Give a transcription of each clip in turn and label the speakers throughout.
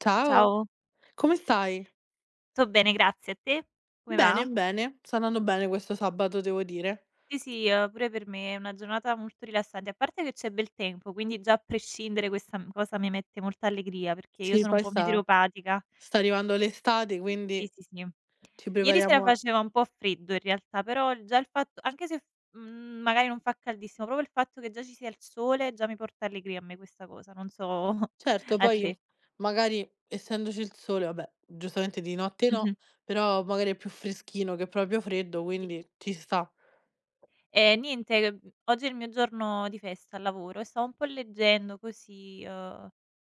Speaker 1: Ciao,
Speaker 2: Ciao,
Speaker 1: come stai?
Speaker 2: tutto bene, grazie, e te? Come
Speaker 1: Bene,
Speaker 2: va?
Speaker 1: bene, sta andando bene questo sabato devo dire.
Speaker 2: Sì, sì, pure per me è una giornata molto rilassante, a parte che c'è bel tempo, quindi già a prescindere questa m cosa mi mette molta allegria, perché io
Speaker 1: Sì,
Speaker 2: sono un
Speaker 1: poi
Speaker 2: po'
Speaker 1: sta
Speaker 2: meteoropatica.
Speaker 1: sta arrivando l'estate,
Speaker 2: Sì,
Speaker 1: quindi
Speaker 2: sì, sì.
Speaker 1: ci
Speaker 2: Ieri sera
Speaker 1: prepariamo a.
Speaker 2: faceva un po' freddo in realtà, però il fatto anche se, magari non fa caldissimo, proprio il fatto che già ci sia il sole già mi porta allegria a me questa cosa, non so.
Speaker 1: Certo,
Speaker 2: A
Speaker 1: poi
Speaker 2: te.
Speaker 1: magari essendoci il sole, vabbè, giustamente di notte no,
Speaker 2: Mh-mh.
Speaker 1: però magari è più freschino che proprio freddo, quindi ci sta.
Speaker 2: Niente, oggi è il mio giorno di festa al lavoro e stavo un po' leggendo così,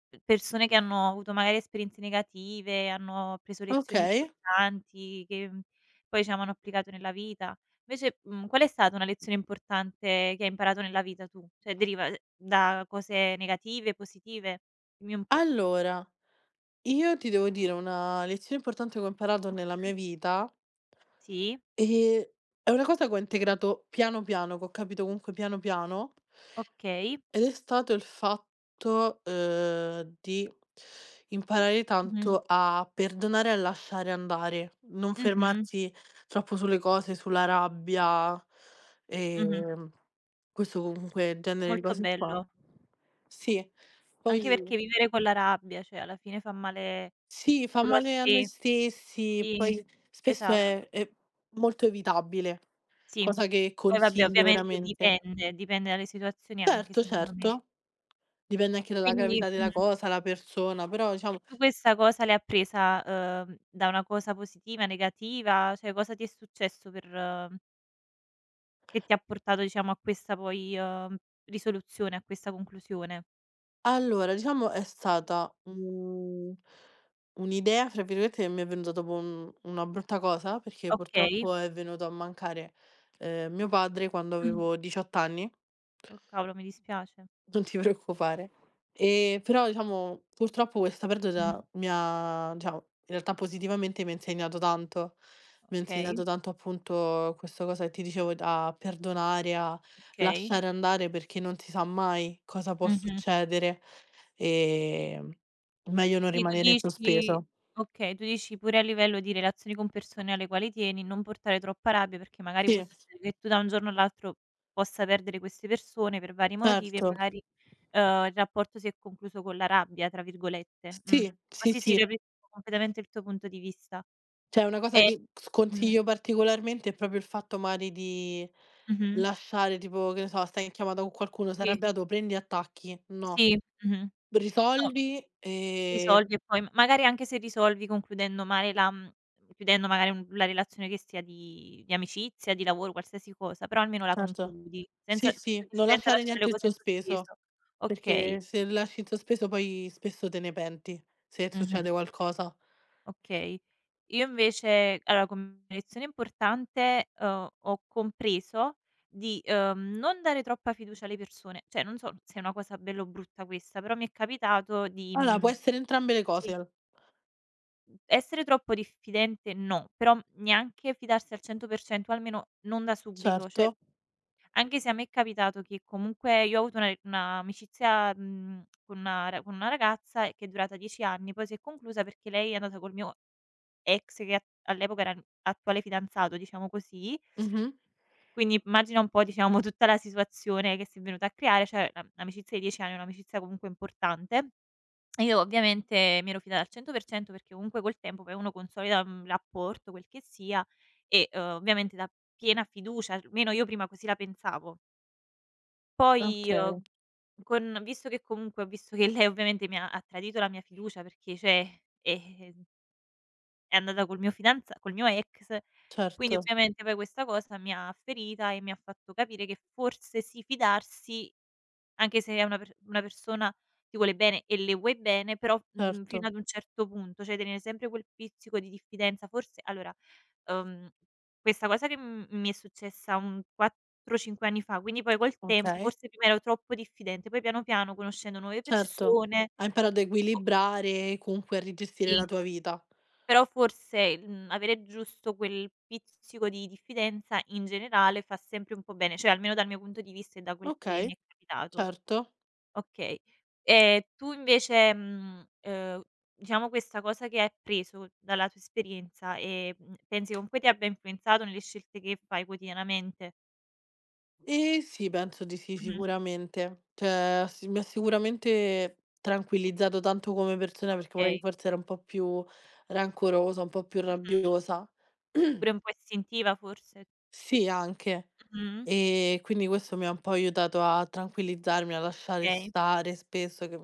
Speaker 2: p persone che hanno avuto magari esperienze negative, hanno preso lezioni
Speaker 1: Okay,
Speaker 2: importanti che, poi diciamo hanno applicato nella vita. Invece, qual è stata una lezione importante che hai imparato nella vita tu? Cioè deriva, da cose negative, positive? Dimmi un po'.
Speaker 1: allora io ti devo dire una lezione importante che ho imparato nella
Speaker 2: Mh-mh.
Speaker 1: mia vita.
Speaker 2: Sì,
Speaker 1: ehm, è una cosa che ho integrato piano piano, che ho capito comunque piano piano.
Speaker 2: okay.
Speaker 1: Ed è stato il fatto, di imparare
Speaker 2: Mh-mh.
Speaker 1: tanto a perdonare e a lasciare andare, non
Speaker 2: Mh-mh.
Speaker 1: fermarsi troppo sulle cose, sulla rabbia,
Speaker 2: Mh-mh.
Speaker 1: ehm, questo comunque genere di
Speaker 2: Molto
Speaker 1: cose qua.
Speaker 2: bello.
Speaker 1: Sì,
Speaker 2: Anche
Speaker 1: poi
Speaker 2: perché vivere con la rabbia, cioè alla fine fa male
Speaker 1: sì, fa
Speaker 2: solo a
Speaker 1: male a noi
Speaker 2: te,
Speaker 1: stessi,
Speaker 2: sì,
Speaker 1: poi spesso
Speaker 2: esatto,
Speaker 1: è molto evitabile,
Speaker 2: sì.
Speaker 1: cosa che
Speaker 2: Poi vabbè,
Speaker 1: consiglio
Speaker 2: ovviamente
Speaker 1: veramente.
Speaker 2: dipende, dipende dalle situazioni anche
Speaker 1: Certo,
Speaker 2: secondo me.
Speaker 1: certo. Dipende anche dalla
Speaker 2: Quindi,
Speaker 1: gravità della cosa, la persona, però
Speaker 2: e
Speaker 1: diciamo.
Speaker 2: tu questa cosa l'hai appresa, da una cosa positiva, negativa? Cioè cosa ti è successo per, che ti ha portato diciamo a questa poi, risoluzione, a questa conclusione?
Speaker 1: Allora, diciamo è stata, un'idea, fra virgolette, che mi è venuta dopo un una brutta cosa, perché
Speaker 2: Okay.
Speaker 1: purtroppo è venuto a mancare, mio padre quando
Speaker 2: Mh.
Speaker 1: avevo 18 anni.
Speaker 2: Oh cavolo, mi dispiace.
Speaker 1: Non ti preoccupare. Però diciamo, purtroppo questa
Speaker 2: Mh.
Speaker 1: perdita mi ha diciamo, in realtà positivamente mi ha insegnato tanto. Mi ha
Speaker 2: Okay,
Speaker 1: insegnato tanto appunto questa cosa che ti dicevo, a perdonare, a
Speaker 2: okay.
Speaker 1: lasciare andare perché non si sa mai cosa può
Speaker 2: Mh-mh.
Speaker 1: succedere. Ehm, Meglio non
Speaker 2: Sì, tu
Speaker 1: rimanere in
Speaker 2: dici
Speaker 1: sospeso.
Speaker 2: okay, tu dici pure a livello di relazioni con persone alle quali tieni, non portare troppa rabbia perché magari può
Speaker 1: Sì,
Speaker 2: succedere che tu da un giorno all'altro possa perdere queste persone per vari motivi e
Speaker 1: certo.
Speaker 2: magari, il rapporto si è concluso con la "rabbia" tra virgolette. Mh.
Speaker 1: Sì,
Speaker 2: Ma
Speaker 1: sì,
Speaker 2: sì, sì,
Speaker 1: sì.
Speaker 2: capisco completamente il tuo punto di vista.
Speaker 1: Cioè, una cosa
Speaker 2: E.
Speaker 1: che
Speaker 2: Mh.
Speaker 1: sconsiglio particolarmente è proprio il fatto magari di
Speaker 2: Mh-mh.
Speaker 1: lasciare tipo, che ne so, stai in chiamata con qualcuno, sei
Speaker 2: Sì.
Speaker 1: arrabbiato, prendi e attacchi. No,
Speaker 2: Sì, mh-mh. No.
Speaker 1: risolvi,
Speaker 2: Risolvi e poi magari anche se risolvi concludendo male la chiudendo magari un la relazione che sia di amicizia, di lavoro, qualsiasi cosa, però almeno la
Speaker 1: certo.
Speaker 2: concludi, senza,
Speaker 1: Sì,
Speaker 2: tu
Speaker 1: sì,
Speaker 2: dici,
Speaker 1: non
Speaker 2: senza
Speaker 1: lasciare
Speaker 2: lasciare le
Speaker 1: niente in
Speaker 2: cose in
Speaker 1: sospeso,
Speaker 2: sospeso. Okay,
Speaker 1: perché se lasci in sospeso poi spesso te ne penti, se
Speaker 2: mh-mh,
Speaker 1: succede qualcosa.
Speaker 2: okay. Io invece allora come lezione importante, ho compreso di, non dare troppa fiducia alle persone, cioè non so se è una cosa bella o brutta questa, però mi è capitato di.
Speaker 1: Allora,
Speaker 2: Mhmm
Speaker 1: può essere entrambe le
Speaker 2: Sì.
Speaker 1: cose.
Speaker 2: Essere troppo diffidente no, però neanche fidarsi al 100%, almeno non da subito. Cioè,
Speaker 1: Certo.
Speaker 2: anche se a me è capitato che comunque io ho avuto una un'amicizia, con una ragazza, che è durata 10 anni, poi si è conclusa perché lei è andata col mio ex che a all'epoca era il attuale fidanzato, diciamo così.
Speaker 1: Mh-mh.
Speaker 2: Quindi immagina un po', diciamo, tutta la situazione che si è venuta a creare, cioè la l'amicizia di 10 anni è un'amicizia comunque importante. E io ovviamente mi ero fidata al 100% perché comunque col tempo poi uno consolida un rapporto, quel che sia, e, ovviamente dà piena fiducia, almeno io prima così la pensavo. Poi,
Speaker 1: Okay,
Speaker 2: con visto che comunque ho visto che lei ovviamente mi ha tradito la mia fiducia perché cioè, eh, è andata col mio ex, quindi
Speaker 1: certo,
Speaker 2: ovviamente poi questa cosa mi ha ferita e mi ha fatto capire che forse sì, fidarsi anche se è una per una persona ti vuole bene e le vuoi bene, però, fino
Speaker 1: certo.
Speaker 2: ad un certo punto, cioè tenere sempre quel pizzico di diffidenza, forse allora, uhm, questa cosa che m mi è successa un 4, 5 anni fa, quindi poi col tempo
Speaker 1: Okay.
Speaker 2: forse prima ero troppo diffidente, poi piano piano conoscendo nuove
Speaker 1: Certo,
Speaker 2: persone.
Speaker 1: hai imparato a
Speaker 2: O
Speaker 1: equilibrare, e comunque a rigestire la
Speaker 2: sì,
Speaker 1: tua vita.
Speaker 2: però forse, avere giusto quel pizzico di diffidenza in generale fa sempre un po' bene, cioè almeno dal mio punto di vista e da quel che mi
Speaker 1: Okay,
Speaker 2: è capitato.
Speaker 1: certo.
Speaker 2: Okay. E tu invece, diciamo questa cosa che hai appreso dalla tua esperienza, pensi comunque ti abbia influenzato nelle scelte che fai quotidianamente?
Speaker 1: Sì, penso di sì,
Speaker 2: Mh-mh.
Speaker 1: sicuramente. Cioè, si mi ha sicuramente tranquillizzato tanto come persona, perché magari
Speaker 2: Okay.
Speaker 1: forse ero un po' più rancorosa, un po' più
Speaker 2: Mh-mh.
Speaker 1: rabbiosa.
Speaker 2: Pure un po' istintiva forse?
Speaker 1: Sì, anche.
Speaker 2: Mh-mh.
Speaker 1: Quindi questo mi ha un po' aiutato a tranquillizzarmi, a lasciare
Speaker 2: Okay.
Speaker 1: stare spesso, che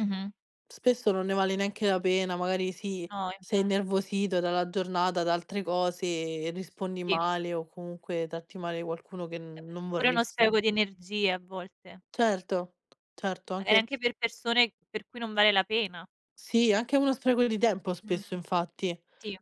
Speaker 2: Mh-mh.
Speaker 1: spesso non ne vale neanche la pena, magari sì,
Speaker 2: No,
Speaker 1: sei
Speaker 2: infatti.
Speaker 1: innervosito dalla giornata, da altre cose e rispondi
Speaker 2: Sì.
Speaker 1: male o comunque tratti male qualcuno che
Speaker 2: È
Speaker 1: non
Speaker 2: pure uno
Speaker 1: vorresti.
Speaker 2: spreco di energie a volte,
Speaker 1: Certo, certo,
Speaker 2: magari
Speaker 1: anche
Speaker 2: anche per persone per cui non vale la pena.
Speaker 1: sì, anche uno spreco di tempo
Speaker 2: Mh.
Speaker 1: spesso infatti,
Speaker 2: Sì.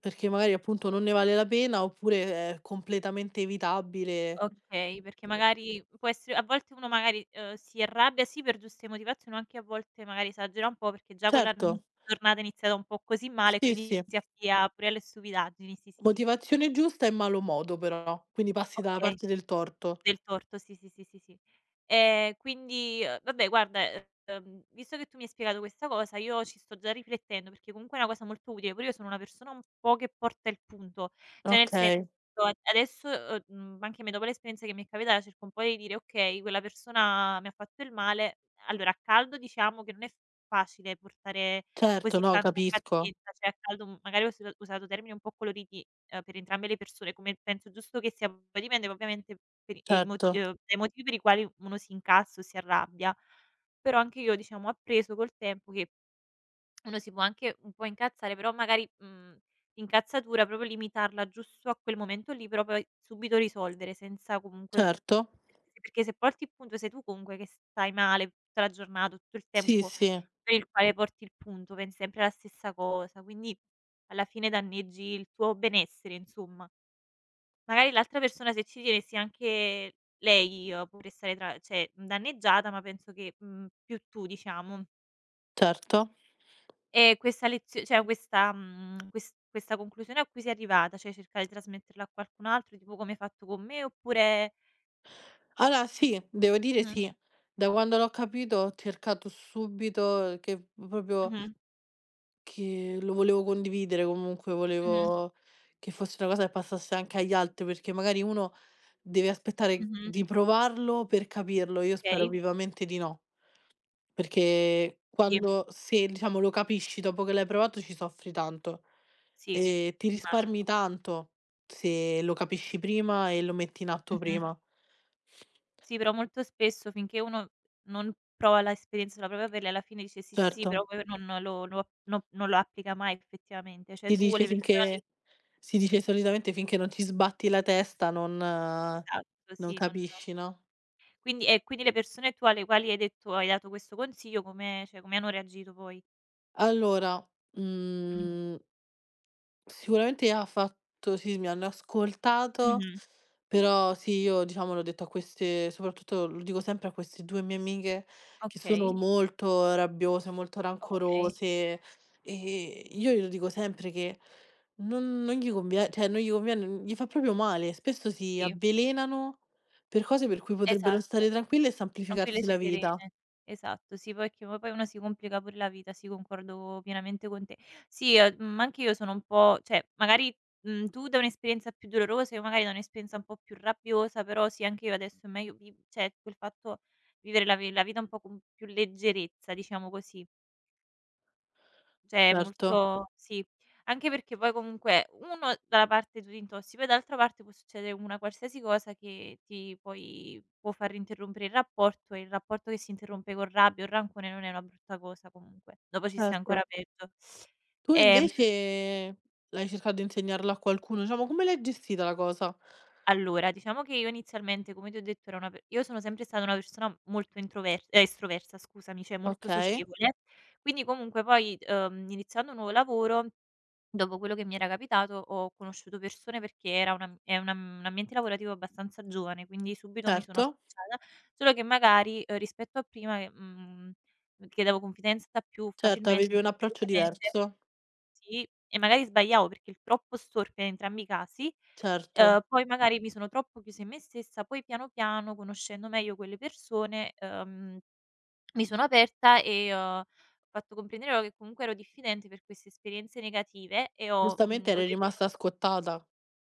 Speaker 1: perché magari appunto non ne vale la pena oppure è completamente evitabile.
Speaker 2: Okay, perché magari può essere a volte uno magari, si arrabbia, sì, per giuste motivazioni, o anche a volte magari esagera un po' perché già quella
Speaker 1: Certo,
Speaker 2: Giornata è iniziata un po' così male e
Speaker 1: sì,
Speaker 2: quindi
Speaker 1: sì.
Speaker 2: si avvia pure alle stupidaggini. Sì, sì, sì.
Speaker 1: Motivazione giusta e malo modo però, quindi passi dalla
Speaker 2: Okay.
Speaker 1: parte del torto.
Speaker 2: Del torto, sì, sì, sì, sì, sì. Quindi vabbè guarda, visto che tu mi hai spiegato questa cosa io ci sto già riflettendo, perché comunque è una cosa molto utile, pure io sono una persona un po' che porta il punto, cioè nel senso
Speaker 1: Okay,
Speaker 2: a adesso, anche me dopo l'esperienza che mi è capitata cerco un po' di dire: "Okay, quella persona mi ha fatto del male". Allora a caldo diciamo che non è facile portare
Speaker 1: certo,
Speaker 2: così
Speaker 1: no,
Speaker 2: tanta
Speaker 1: capisco.
Speaker 2: pazienza, cioè a caldo m magari ho usato termini un po' coloriti, per entrambe le persone, come penso giusto che sia, poi dipende ovviamente per i
Speaker 1: Certo,
Speaker 2: moti dai motivi per i quali uno si incazza o si arrabbia. Però anche io diciamo ho appreso col tempo che uno si può anche un po' incazzare, però magari, l'incazzatura proprio limitarla giusto a quel momento lì, però poi subito risolvere senza comunque,
Speaker 1: certo.
Speaker 2: perché se porti il punto sei tu comunque che stai male tutta la giornata, tutto il
Speaker 1: Sì,
Speaker 2: tempo
Speaker 1: sì,
Speaker 2: per il quale porti il punto, pensi sempre alla stessa cosa, quindi alla fine danneggi il tuo benessere insomma. Magari l'altra persona se ci tiene sia anche lei, può restare danneggiata, ma penso che, più tu diciamo.
Speaker 1: certo.
Speaker 2: E questa lezio cioè questa mhmm, ques questa conclusione a cui sei arrivata, cioè cercare di trasmetterla a qualcun altro, tipo come hai fatto con me, oppure
Speaker 1: Allora sì, devo dire
Speaker 2: mh-mh,
Speaker 1: sì. Da quando l'ho capito ho cercato subito
Speaker 2: mh-mh,
Speaker 1: che lo volevo condividere, comunque
Speaker 2: mh-mh,
Speaker 1: volevo che fosse una cosa che passasse anche agli altri, perché magari uno deve aspettare
Speaker 2: mh-mh,
Speaker 1: di provarlo per capirlo. Io spero
Speaker 2: okay,
Speaker 1: vivamente di no. Perché
Speaker 2: sì,
Speaker 1: quando se diciamo lo capisci dopo che l'hai provato ci soffri tanto.
Speaker 2: sì,
Speaker 1: E ti risparmi
Speaker 2: immagino.
Speaker 1: tanto se lo capisci prima e lo metti in atto
Speaker 2: Mh-mh.
Speaker 1: prima.
Speaker 2: Sì, però molto spesso finché uno non prova l'esperienza sulla propria pelle, alla fine dice: "Sì, sì, sì",
Speaker 1: Certo,
Speaker 2: però poi non lo ap no, non lo applica mai effettivamente. Cioè
Speaker 1: si
Speaker 2: tu
Speaker 1: dice
Speaker 2: le persone alle,
Speaker 1: finché si dice solitamente finché non ti sbatti la testa non
Speaker 2: esatto,
Speaker 1: non
Speaker 2: sì, non,
Speaker 1: capisci, no?
Speaker 2: quindi quindi le persone tu alle quali hai dato questo consiglio come, cioè come hanno reagito poi?
Speaker 1: Allora,
Speaker 2: Mh.
Speaker 1: mhmm sicuramente ha fatto sì, sì, mi hanno ascoltato,
Speaker 2: Mh-mh.
Speaker 1: però sì, io diciamo l'ho detto a queste, soprattutto lo dico sempre a queste 2 mie amiche che sono
Speaker 2: Okay,
Speaker 1: molto rabbiose, molto
Speaker 2: okay.
Speaker 1: rancorose, e io glielo dico sempre che non gli convie cioè non gli conviene, gli fa proprio male. Spesso si
Speaker 2: Sì,
Speaker 1: avvelenano per cose per cui potrebbero
Speaker 2: esatto,
Speaker 1: stare tranquille e
Speaker 2: tranquille e
Speaker 1: semplificarsi la vita.
Speaker 2: serene. Esatto, sì, perché poi uno si complica pure la vita, sì, concordo pienamente con te. Sì, ma anche io sono un po' cioè magari, tu da un'esperienza più dolorosa, io magari da un'esperienza un po' più rabbiosa, però sì, anche io adesso è meglio vi cioè quel fatto vivere la vita un po' con più leggerezza, diciamo così. Cioè è
Speaker 1: Certo,
Speaker 2: molto, sì, anche perché poi comunque uno dalla parte tu ti intossichi, poi d'altra parte può succedere una qualsiasi cosa che ti poi può far interrompere il rapporto e il rapporto che si interrompe con rabbia o rancore non è una brutta cosa comunque, dopo ci stai ancora
Speaker 1: certo.
Speaker 2: peggio.
Speaker 1: Tu
Speaker 2: Ehm,
Speaker 1: invece l'hai cercato di insegnarlo a qualcuno? Diciamo come l'hai gestita la cosa?
Speaker 2: allora diciamo che io inizialmente, come ti ho detto, era una pe io sono sempre stata una persona molto introver estroversa, scusami, cioè molto
Speaker 1: Okay,
Speaker 2: socievole, quindi comunque poi, iniziando un nuovo lavoro dopo quello che mi era capitato ho conosciuto persone perché era un am è un am un ambiente lavorativo abbastanza giovane, quindi subito mi sono
Speaker 1: certo,
Speaker 2: affacciata, solo che magari, rispetto a prima che chiedevo confidenza più
Speaker 1: certo, avevi
Speaker 2: facilmente,
Speaker 1: un
Speaker 2: più
Speaker 1: approccio
Speaker 2: velocemente,
Speaker 1: diverso,
Speaker 2: sì, e magari sbagliavo perché il troppo storpia in entrambi i casi,
Speaker 1: certo.
Speaker 2: poi magari mi sono troppo chiusa in me stessa, poi piano piano conoscendo meglio quelle persone, mi sono aperta e ho fatto comprendere loro che comunque ero diffidente per queste esperienze negative e ho,
Speaker 1: Giustamente
Speaker 2: ho
Speaker 1: eri
Speaker 2: detto,
Speaker 1: rimasta scottata.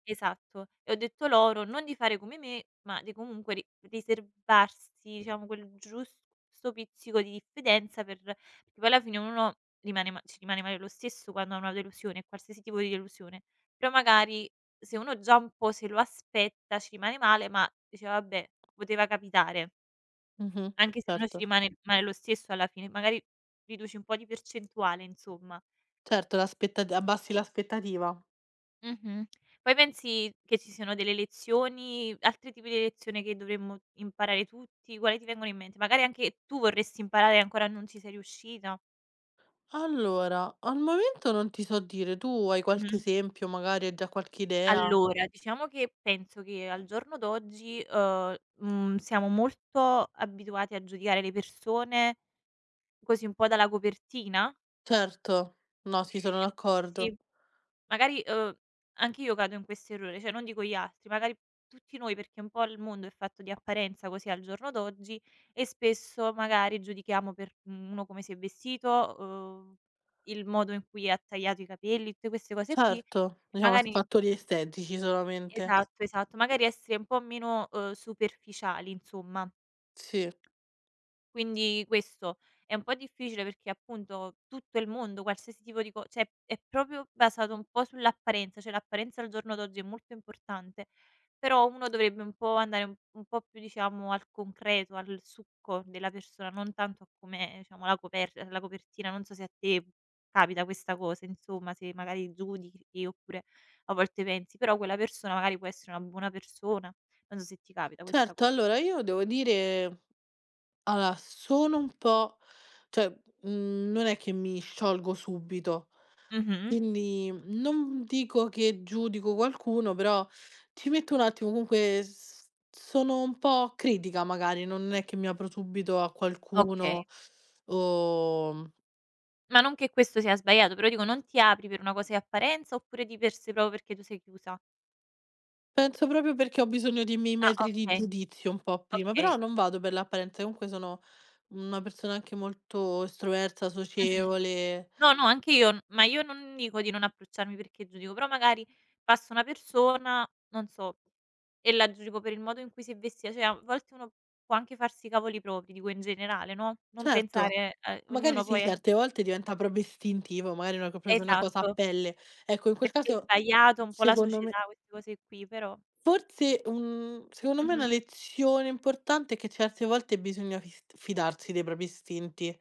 Speaker 2: esatto, e ho detto loro non di fare come me, ma di comunque ri riservarsi, diciamo, quel giusto pizzico di diffidenza, perché poi alla fine uno rimane ma ci rimane male lo stesso quando ha una delusione, qualsiasi tipo di delusione, però magari se uno già un po' se lo aspetta ci rimane male, ma dice: "Vabbè, poteva capitare".
Speaker 1: Mh-mh,
Speaker 2: Anche se uno ci
Speaker 1: certo.
Speaker 2: rimane male lo stesso alla fine, magari riduci un po' di percentuale insomma.
Speaker 1: Certo, l'aspettat abbassi l'aspettativa.
Speaker 2: Mh-mh. Poi pensi che ci siano delle lezioni altri tipi di lezione che dovremmo imparare tutti? Quali ti vengono in mente? Magari anche tu vorresti imparare e ancora non ci sei riuscita?
Speaker 1: Allora, al momento non ti so dire, tu hai qualche
Speaker 2: Mh-mh.
Speaker 1: esempio, magari hai già qualche idea?
Speaker 2: Allora, diciamo che penso che al giorno d'oggi, siamo molto abituati a giudicare le persone così un po' dalla copertina.
Speaker 1: Certo, no, sì, sono
Speaker 2: E sì.
Speaker 1: d'accordo.
Speaker 2: Magari, anch'io cado in questo errore, cioè non dico gli altri, magari tutti noi, perché un po' il mondo è fatto di apparenza così al giorno d'oggi e spesso magari giudichiamo per, uno come si è vestito, il modo in cui ha tagliato i capelli, tutte queste cose qui.
Speaker 1: Certo, diciamo
Speaker 2: Magari,
Speaker 1: fattori estetici solamente.
Speaker 2: esatto, esatto, magari essere un po' meno, superficiali, insomma.
Speaker 1: Sì.
Speaker 2: Quindi questo è un po' difficile perché appunto tutto il mondo, qualsiasi tipo di co cioè è proprio basato un po' sull'apparenza, cioè l'apparenza al giorno d'oggi è molto importante, però uno dovrebbe un po' andare un po' più diciamo al concreto, al succo della persona, non tanto a come diciamo la copertina. Non so se a te capita questa cosa, insomma, se magari giudichi oppure a volte pensi, però quella persona magari può essere una buona persona. Non so se ti capita questa
Speaker 1: Certo,
Speaker 2: co
Speaker 1: allora io devo dire. Allora, sono un po' cioè, non è che mi sciolgo subito,
Speaker 2: mh-mh.
Speaker 1: quindi non dico che giudico qualcuno, però ci metto un attimo, comunque s sono un po' critica magari, non è che mi apro subito a
Speaker 2: Okay.
Speaker 1: qualcuno o
Speaker 2: Ma non che questo sia sbagliato, però dico non ti apri per una cosa di apparenza oppure di per sé proprio perché tu sei chiusa?
Speaker 1: penso proprio perché ho bisogno dei miei
Speaker 2: Ah
Speaker 1: metri di
Speaker 2: okay,
Speaker 1: giudizio un po' prima,
Speaker 2: okay.
Speaker 1: però non vado per l'apparenza, comunque sono una persona anche molto estroversa,
Speaker 2: Mh-mh.
Speaker 1: socievole.
Speaker 2: No, no, anche io, n ma io non dico di non approcciarmi perché giudico, però magari passa una persona, non so, e la giudico per il modo in cui si è vestita, cioè a volte uno può anche farsi i cavoli propri, dico in generale, no, non
Speaker 1: Certo.
Speaker 2: pensare a
Speaker 1: Magari
Speaker 2: ognuno
Speaker 1: sì,
Speaker 2: poi è,
Speaker 1: certe volte diventa proprio istintivo, magari una co proprio una cosa a
Speaker 2: esatto,
Speaker 1: pelle. Ecco, in quel
Speaker 2: perché è
Speaker 1: caso
Speaker 2: sbagliato un po' la
Speaker 1: secondo me
Speaker 2: società, queste cose qui, però
Speaker 1: secondo me una
Speaker 2: mh-mh,
Speaker 1: lezione importante è che certe volte bisogna fist fidarsi dei propri istinti,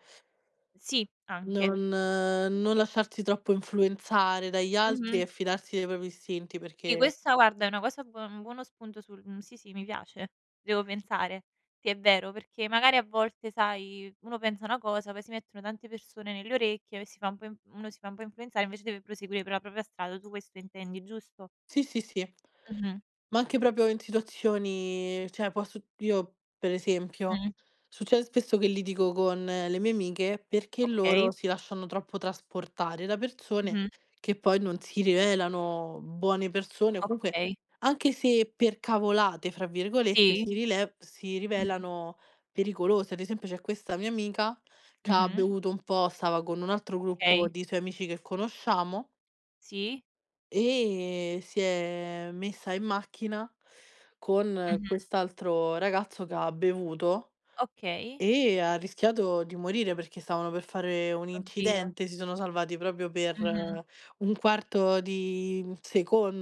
Speaker 2: sì, anche.
Speaker 1: non lasciarsi troppo influenzare dagli altri
Speaker 2: Mh-mh.
Speaker 1: e fidarsi dei propri istinti
Speaker 2: Sì,
Speaker 1: perché
Speaker 2: questa guarda è una cosa buo un buono spunto sì, sì, mi piace. Devo pensare. Sì, è vero, perché magari a volte, sai, uno pensa una cosa, poi si mettono tante persone nelle orecchie e si fa un po' inf uno si fa un po' influenzare, invece deve proseguire per la propria strada. Tu questo intendi, giusto?
Speaker 1: sì, sì, sì.
Speaker 2: Mh-mh,
Speaker 1: Ma anche proprio in situazioni cioè può su io per esempio,
Speaker 2: mh,
Speaker 1: succede spesso che litigo con le mie amiche perché
Speaker 2: okay.
Speaker 1: loro si lasciano troppo trasportare da persone
Speaker 2: Mh-mh,
Speaker 1: che poi non si rivelano buone persone, o comunque
Speaker 2: okay.
Speaker 1: anche se "per cavolate" fra virgolette
Speaker 2: Sì.
Speaker 1: si
Speaker 2: Mh-mh,
Speaker 1: rivelano pericolose. Ad esempio c'è questa mia amica che ha
Speaker 2: mh-mh,
Speaker 1: bevuto un po', stava con un altro gruppo
Speaker 2: okay.
Speaker 1: di suoi amici che conosciamo
Speaker 2: Sì.
Speaker 1: e si è messa in macchina con
Speaker 2: Mh-mh,
Speaker 1: quest'altro ragazzo che ha bevuto
Speaker 2: okay.
Speaker 1: e ha rischiato di morire perché stavano per fare un
Speaker 2: Oddio.
Speaker 1: incidente, si sono salvati proprio per
Speaker 2: Mh-mh.
Speaker 1: un quarto di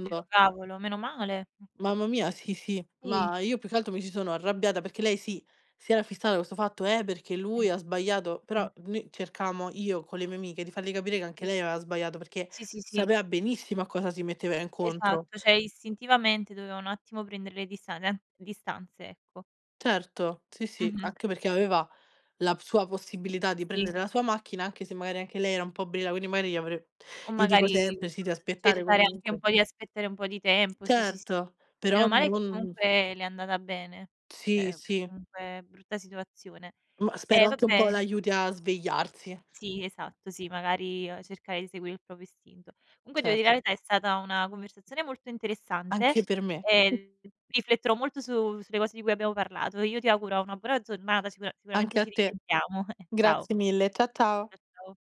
Speaker 2: Dio, cavolo, meno male.
Speaker 1: Mamma mia, sì, sì,
Speaker 2: Sì,
Speaker 1: ma io più che altro mi ci sono arrabbiata perché lei sì, si era fissata questo fatto: perché
Speaker 2: eh,
Speaker 1: lui ha sbagliato",
Speaker 2: mh-mh,
Speaker 1: però noi cercavamo, io con le mie amiche, di farle capire che anche
Speaker 2: sì.
Speaker 1: lei aveva sbagliato perché
Speaker 2: Sì, sì, sì.
Speaker 1: sapeva benissimo a cosa si metteva incontro.
Speaker 2: Esatto, cioè istintivamente doveva un attimo prendere le distanze, ecco.
Speaker 1: Certo, sì, sì,
Speaker 2: Mh-mh,
Speaker 1: anche perché aveva la p sua possibilità di
Speaker 2: sì,
Speaker 1: prendere la sua macchina, anche se magari anche lei era un po' brilla, quindi magari gli avre
Speaker 2: o
Speaker 1: io dico
Speaker 2: magari
Speaker 1: sempre sì, di aspettare
Speaker 2: cercare anche un
Speaker 1: comunque.
Speaker 2: po' di aspettare un po' di tempo, sì, sì, sì.
Speaker 1: Certo, però
Speaker 2: Meno male che
Speaker 1: non.
Speaker 2: comunque le è andata bene,
Speaker 1: Sì,
Speaker 2: cioè
Speaker 1: sì,
Speaker 2: comunque brutta situazione.
Speaker 1: ma
Speaker 2: E
Speaker 1: spero anche un po'
Speaker 2: vabbè.
Speaker 1: l'aiuti a svegliarsi.
Speaker 2: Sì, esatto, sì, magari, cercare di seguire il proprio istinto. Comunque devo dire la
Speaker 1: Certo,
Speaker 2: verità, è stata una conversazione molto interessante,
Speaker 1: anche per me,
Speaker 2: ehm, rifletterò molto su sulle cose di cui abbiamo parlato. Io ti auguro una buona giornata, sicuramente
Speaker 1: anche a
Speaker 2: ci
Speaker 1: te.
Speaker 2: risentiamo. Ciao.
Speaker 1: Grazie mille, ciao.
Speaker 2: Ciao, ciao.